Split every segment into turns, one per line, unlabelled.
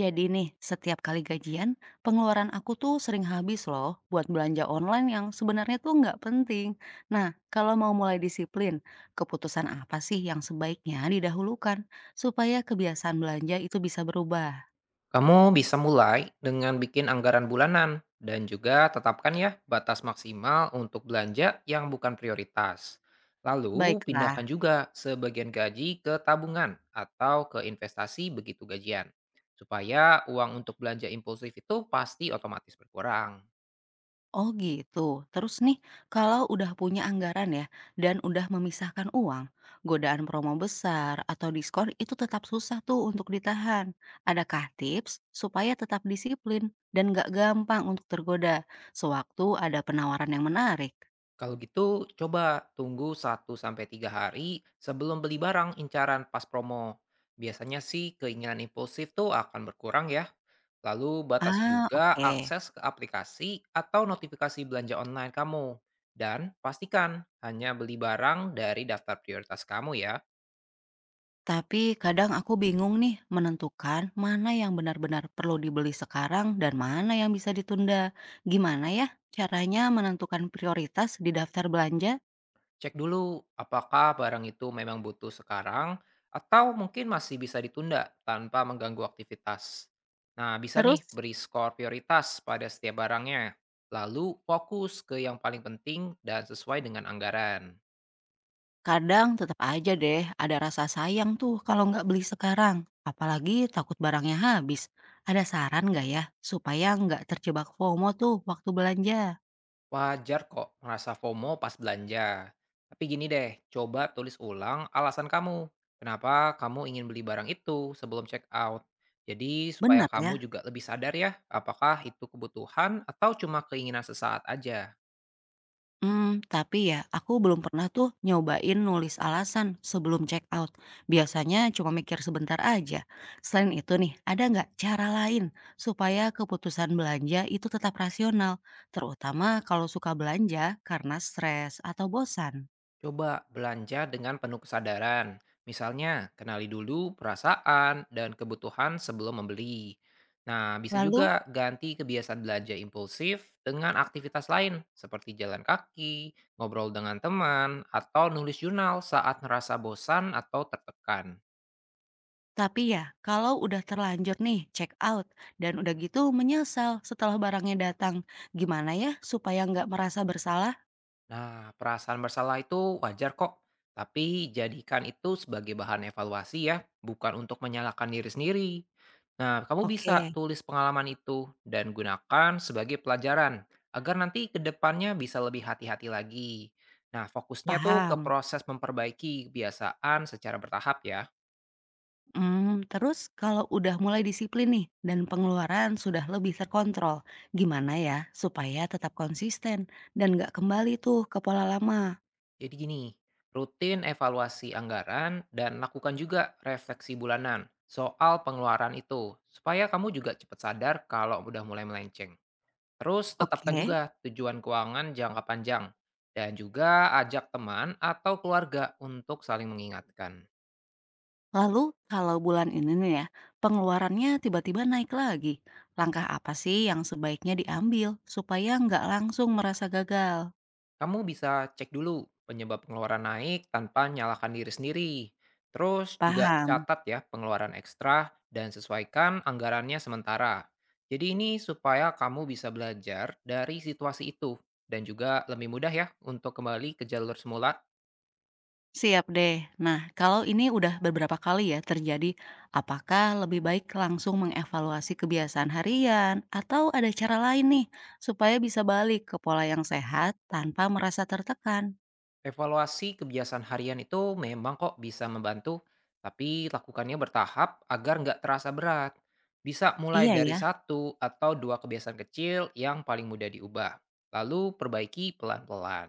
Jadi nih, setiap kali gajian, pengeluaran aku tuh sering habis loh buat belanja online yang sebenarnya tuh nggak penting. Nah, kalau mau mulai disiplin, keputusan apa sih yang sebaiknya didahulukan supaya kebiasaan belanja itu bisa berubah?
Kamu bisa mulai dengan bikin anggaran bulanan dan juga tetapkan ya batas maksimal untuk belanja yang bukan prioritas. Lalu
Baiklah.
pindahkan juga sebagian gaji ke tabungan atau ke investasi begitu gajian. Supaya uang untuk belanja impulsif itu pasti otomatis berkurang.
Oh gitu. Terus nih, kalau udah punya anggaran ya dan udah memisahkan uang, godaan promo besar atau diskon itu tetap susah tuh untuk ditahan. Adakah tips supaya tetap disiplin dan gak gampang untuk tergoda sewaktu ada penawaran yang menarik?
Kalau gitu, coba tunggu satu sampai tiga hari sebelum beli barang incaran pas promo. Biasanya sih keinginan impulsif tuh akan berkurang ya. Lalu batasi
Ah,
juga
oke.
akses ke aplikasi atau notifikasi belanja online kamu. Dan pastikan hanya beli barang dari daftar prioritas kamu ya.
Tapi kadang aku bingung nih menentukan mana yang benar-benar perlu dibeli sekarang dan mana yang bisa ditunda. Gimana ya caranya menentukan prioritas di daftar belanja?
Cek dulu apakah barang itu memang butuh sekarang atau mungkin masih bisa ditunda tanpa mengganggu aktivitas. Nah, bisa
Terus.
nih beri skor prioritas pada setiap barangnya. Lalu fokus ke yang paling penting dan sesuai dengan anggaran.
Kadang tetap aja deh ada rasa sayang tuh kalau nggak beli sekarang, apalagi takut barangnya habis. Ada saran nggak ya supaya nggak terjebak FOMO tuh waktu belanja?
Wajar kok merasa FOMO pas belanja. Tapi gini deh, coba tulis ulang alasan kamu. Kenapa kamu ingin beli barang itu sebelum check out. Jadi supaya
Benar
kamu
ya?
juga lebih sadar ya, apakah itu kebutuhan atau cuma keinginan sesaat aja.
Hmm, tapi ya aku belum pernah tuh nyobain nulis alasan sebelum check out. Biasanya cuma mikir sebentar aja. Selain itu nih, ada nggak cara lain supaya keputusan belanja itu tetap rasional, terutama kalau suka belanja karena stres atau bosan?
Coba belanja dengan penuh kesadaran. Misalnya, kenali dulu perasaan dan kebutuhan sebelum membeli. Nah, bisa
Lalu.
juga ganti kebiasaan belanja impulsif dengan aktivitas lain, seperti jalan kaki, ngobrol dengan teman, atau nulis jurnal saat merasa bosan atau tertekan.
Tapi ya, kalau udah terlanjur nih check out dan udah gitu menyesal setelah barangnya datang, gimana ya supaya nggak merasa bersalah?
Nah, perasaan bersalah itu wajar kok, tapi jadikan itu sebagai bahan evaluasi ya, bukan untuk menyalahkan diri sendiri. Nah, kamu bisa
Oke,
tulis pengalaman itu dan gunakan sebagai pelajaran agar nanti ke depannya bisa lebih hati-hati lagi. Nah, fokusnya tuh ke
paham.
proses memperbaiki kebiasaan secara bertahap ya.
Hmm, terus kalau udah mulai disiplin nih dan pengeluaran sudah lebih terkontrol, gimana ya supaya tetap konsisten dan nggak kembali tuh ke pola lama?
Jadi gini, rutin evaluasi anggaran dan lakukan juga refleksi bulanan soal pengeluaran itu, supaya kamu juga cepat sadar kalau udah mulai melenceng. Terus tetapkan
Oke.
juga tujuan keuangan jangka panjang, dan juga ajak teman atau keluarga untuk saling mengingatkan.
Lalu kalau bulan ini nih ya, pengeluarannya tiba-tiba naik lagi. Langkah apa sih yang sebaiknya diambil supaya nggak langsung merasa gagal?
Kamu bisa cek dulu penyebab pengeluaran naik tanpa nyalakan diri sendiri. Terus juga
Paham,
catat ya pengeluaran ekstra dan sesuaikan anggarannya sementara. Jadi ini supaya kamu bisa belajar dari situasi itu dan juga lebih mudah ya untuk kembali ke jalur semula.
siap deh. Nah, kalau ini udah beberapa kali ya terjadi, apakah lebih baik langsung mengevaluasi kebiasaan harian atau ada cara lain nih supaya bisa balik ke pola yang sehat tanpa merasa tertekan?
Evaluasi kebiasaan harian itu memang kok bisa membantu, tapi lakukannya bertahap agar nggak terasa berat. Bisa mulai
Iya
dari
ya.
satu atau dua kebiasaan kecil yang paling mudah diubah, lalu perbaiki pelan-pelan.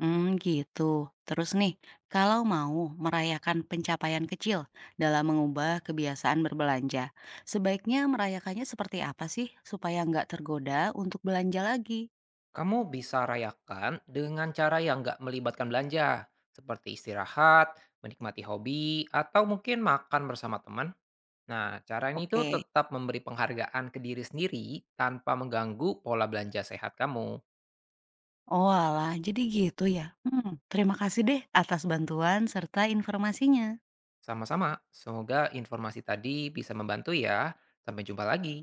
Hmm, gitu. Terus nih, kalau mau merayakan pencapaian kecil dalam mengubah kebiasaan berbelanja, sebaiknya merayakannya seperti apa sih supaya nggak tergoda untuk belanja lagi?
Kamu bisa rayakan dengan cara yang nggak melibatkan belanja, seperti istirahat, menikmati hobi, atau mungkin makan bersama teman. Nah, cara ini tuh
Oke.
tetap memberi penghargaan ke diri sendiri tanpa mengganggu pola belanja sehat kamu.
Oalah, jadi gitu ya? Hmm, terima kasih deh atas bantuan serta informasinya.
Sama-sama, semoga informasi tadi bisa membantu ya. Sampai jumpa lagi.